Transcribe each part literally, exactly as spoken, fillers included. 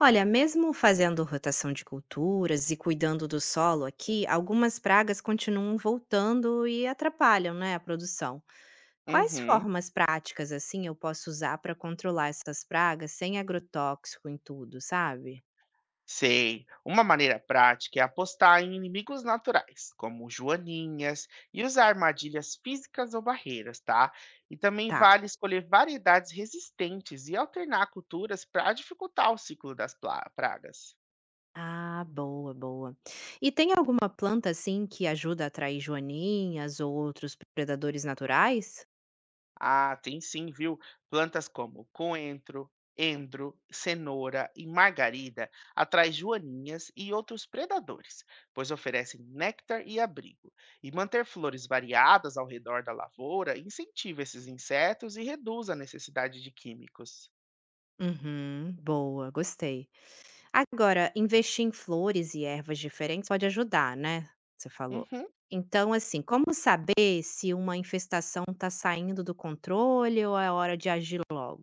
Olha, mesmo fazendo rotação de culturas e cuidando do solo aqui, algumas pragas continuam voltando e atrapalham, né, a produção. Quais Uhum, formas práticas assim eu posso usar para controlar essas pragas sem agrotóxico em tudo, sabe? sei. Uma maneira prática é apostar em inimigos naturais, como joaninhas, e usar armadilhas físicas ou barreiras, tá? E também Tá. vale escolher variedades resistentes e alternar culturas para dificultar o ciclo das pla- pragas. Ah, boa, boa. E tem alguma planta assim que ajuda a atrair joaninhas ou outros predadores naturais? Ah, tem sim, viu? Plantas como coentro, endro, cenoura e margarida atraem joaninhas e outros predadores, pois oferecem néctar e abrigo. E manter flores variadas ao redor da lavoura incentiva esses insetos e reduz a necessidade de químicos. Uhum, boa, gostei. Agora, investir em flores e ervas diferentes pode ajudar, né? Você falou. Uhum. Então, assim, como saber se uma infestação está saindo do controle ou é hora de agir logo?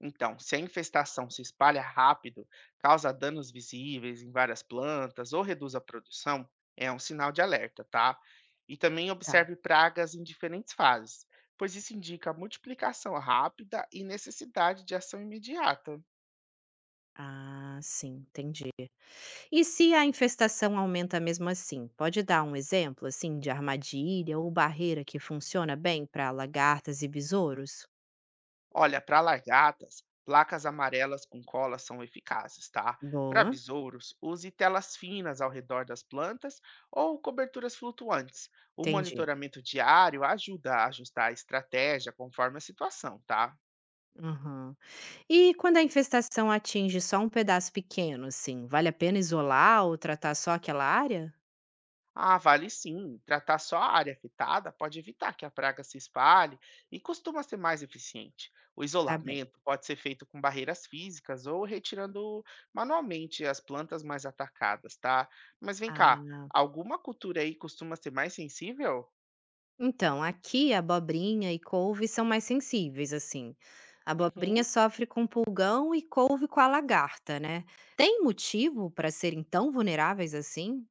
Então, se a infestação se espalha rápido, causa danos visíveis em várias plantas ou reduz a produção, é um sinal de alerta, tá? E também Tá. observe pragas em diferentes fases, pois isso indica multiplicação rápida e necessidade de ação imediata. Ah, sim, entendi. E se a infestação aumenta mesmo assim? Pode dar um exemplo, assim, de armadilha ou barreira que funciona bem para lagartas e besouros? Olha, para lagartas, placas amarelas com cola são eficazes, tá? Para Boa, besouros, use telas finas ao redor das plantas ou coberturas flutuantes. O entendi. monitoramento diário ajuda a ajustar a estratégia conforme a situação, tá? Uhum. E quando a infestação atinge só um pedaço pequeno, assim, vale a pena isolar ou tratar só aquela área? Ah, vale sim. Tratar só a área afetada pode evitar que a praga se espalhe e costuma ser mais eficiente. O Tá bem. isolamento pode ser feito com barreiras físicas ou retirando manualmente as plantas mais atacadas, tá? Mas vem cá, Ah, alguma cultura aí costuma ser mais sensível? então, aqui a abobrinha e couve são mais sensíveis, assim. A abobrinha Uhum. sofre com pulgão e couve com a lagarta, né? Tem motivo para serem tão vulneráveis assim?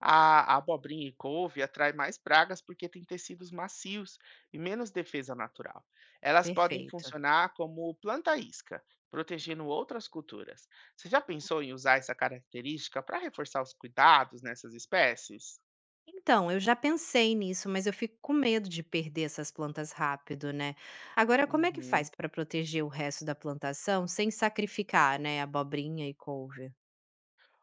A abobrinha e couve atrai mais pragas porque têm tecidos macios e menos defesa natural. Elas podem Perfeito. funcionar como planta isca, protegendo outras culturas. Você já pensou em usar essa característica para reforçar os cuidados nessas espécies? Então, eu já pensei nisso, mas eu fico com medo de perder essas plantas rápido, né? Agora, como é que Uhum. faz para proteger o resto da plantação sem sacrificar, né, abobrinha e couve?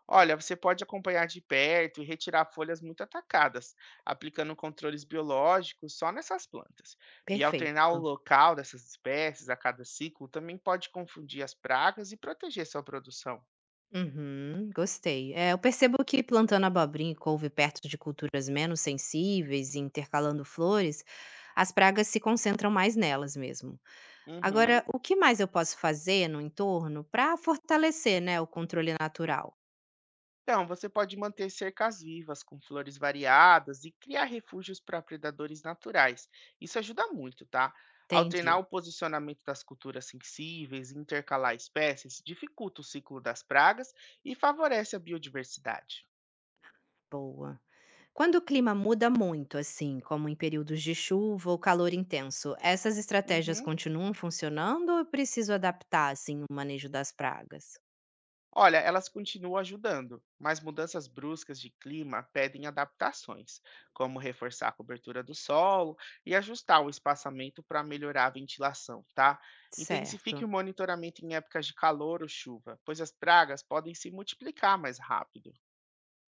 Olha, você pode acompanhar de perto e retirar folhas muito atacadas, aplicando controles biológicos só nessas plantas. E Perfeito. alternar o local dessas espécies a cada ciclo também pode confundir as pragas e proteger sua produção. Uhum, gostei. É, eu percebo que plantando abobrinha e couve perto de culturas menos sensíveis e intercalando flores, as pragas se concentram mais nelas mesmo. Uhum. Agora, o que mais eu posso fazer no entorno para fortalecer, né, o controle natural? Então, você pode manter cercas vivas com flores variadas e criar refúgios para predadores naturais. Isso ajuda muito, tá? Alternar Entendi. o posicionamento das culturas sensíveis e intercalar espécies dificulta o ciclo das pragas e favorece a biodiversidade. Boa. Quando o clima muda muito, assim, como em períodos de chuva ou calor intenso, essas estratégias Uhum. continuam funcionando ou eu preciso adaptar, assim, o manejo das pragas? Olha, elas continuam ajudando, mas mudanças bruscas de clima pedem adaptações, como reforçar a cobertura do solo e ajustar o espaçamento para melhorar a ventilação, tá? Intensifique o Certo. monitoramento em épocas de calor ou chuva, pois as pragas podem se multiplicar mais rápido.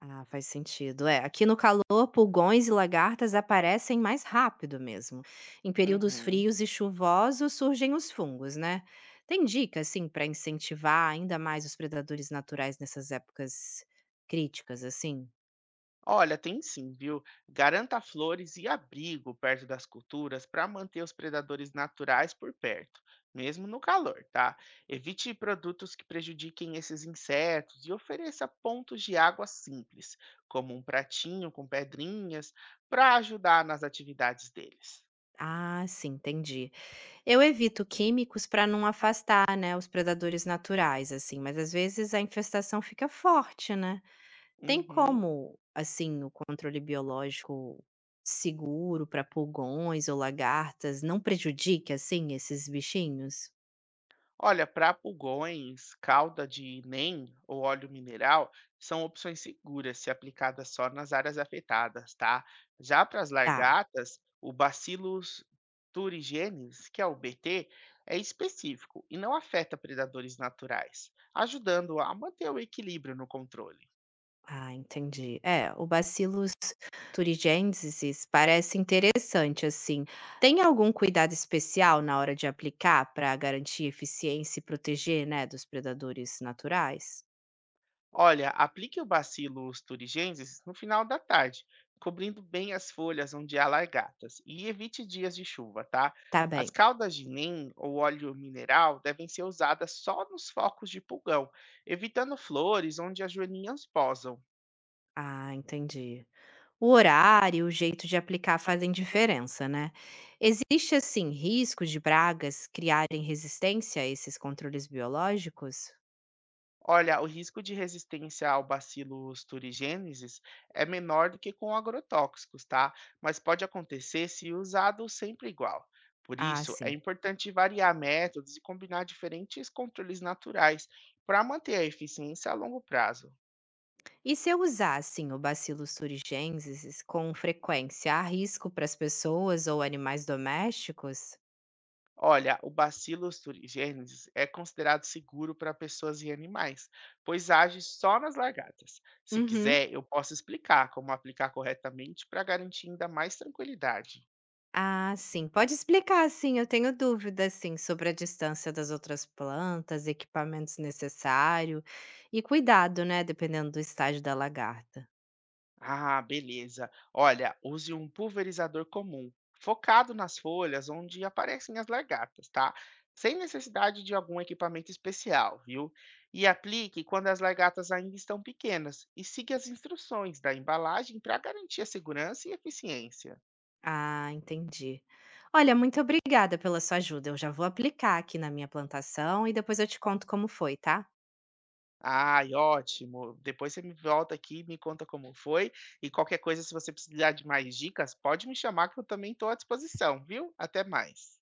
Ah, faz sentido. É, aqui no calor, pulgões e lagartas aparecem mais rápido mesmo. Em períodos Uhum. frios e chuvosos surgem os fungos, né? Tem dica, assim, para incentivar ainda mais os predadores naturais nessas épocas críticas, assim? Olha, tem sim, viu? Garanta flores e abrigo perto das culturas para manter os predadores naturais por perto, mesmo no calor, tá? Evite produtos que prejudiquem esses insetos e ofereça pontos de água simples, como um pratinho com pedrinhas, para ajudar nas atividades deles. Ah, sim, entendi. Eu evito químicos para não afastar, né, os predadores naturais, assim, mas às vezes a infestação fica forte, né. Tem Uhum. como, assim, o controle biológico seguro para pulgões ou lagartas não prejudique, assim, esses bichinhos? Olha, para pulgões, calda de N E M ou óleo mineral são opções seguras se aplicadas só nas áreas afetadas, tá? Já para as Tá, largatas, o Bacillus thuringiensis, que é o B T, é específico e não afeta predadores naturais, ajudando a manter o equilíbrio no controle. ah, entendi. É, o Bacillus thuringiensis parece interessante, assim. Tem algum cuidado especial na hora de aplicar para garantir eficiência e proteger, né, dos predadores naturais? Olha, aplique o bacillus thuringiensis no final da tarde, cobrindo bem as folhas onde há largatas, e evite dias de chuva, tá? Tá As bem. caldas de N E M ou óleo mineral devem ser usadas só nos focos de pulgão, evitando flores onde as joaninhas posam. Ah, entendi. O horário, o jeito de aplicar fazem diferença, né? Existe, assim, risco de pragas criarem resistência a esses controles biológicos? Olha, o risco de resistência ao bacilos turigênesis é menor do que com agrotóxicos, tá? Mas pode acontecer se usado sempre igual. Por Ah, isso, é sim. importante variar métodos e combinar diferentes controles naturais para manter a eficiência a longo prazo. E se eu usar, assim, o bacillus thuringiensis com frequência, há risco para as pessoas ou animais domésticos? Olha, o Bacillus thuringiensis é considerado seguro para pessoas e animais, pois age só nas lagartas. Se Uhum. quiser, eu posso explicar como aplicar corretamente para garantir ainda mais tranquilidade. Ah, sim. Pode explicar, sim. Eu tenho dúvidas, sim, sobre a distância das outras plantas, equipamentos necessários e cuidado, né? Dependendo do estágio da lagarta. Ah, beleza. Olha, use um pulverizador comum, focado nas folhas onde aparecem as lagartas, tá? Sem necessidade de algum equipamento especial, viu? E aplique quando as lagartas ainda estão pequenas e siga as instruções da embalagem para garantir a segurança e eficiência. Ah, entendi. Olha, muito obrigada pela sua ajuda. Eu já vou aplicar aqui na minha plantação e depois eu te conto como foi, tá? Ai, ótimo. Depois você me volta aqui, me conta como foi e qualquer coisa, se você precisar de mais dicas, pode me chamar que eu também estou à disposição, viu? Até mais.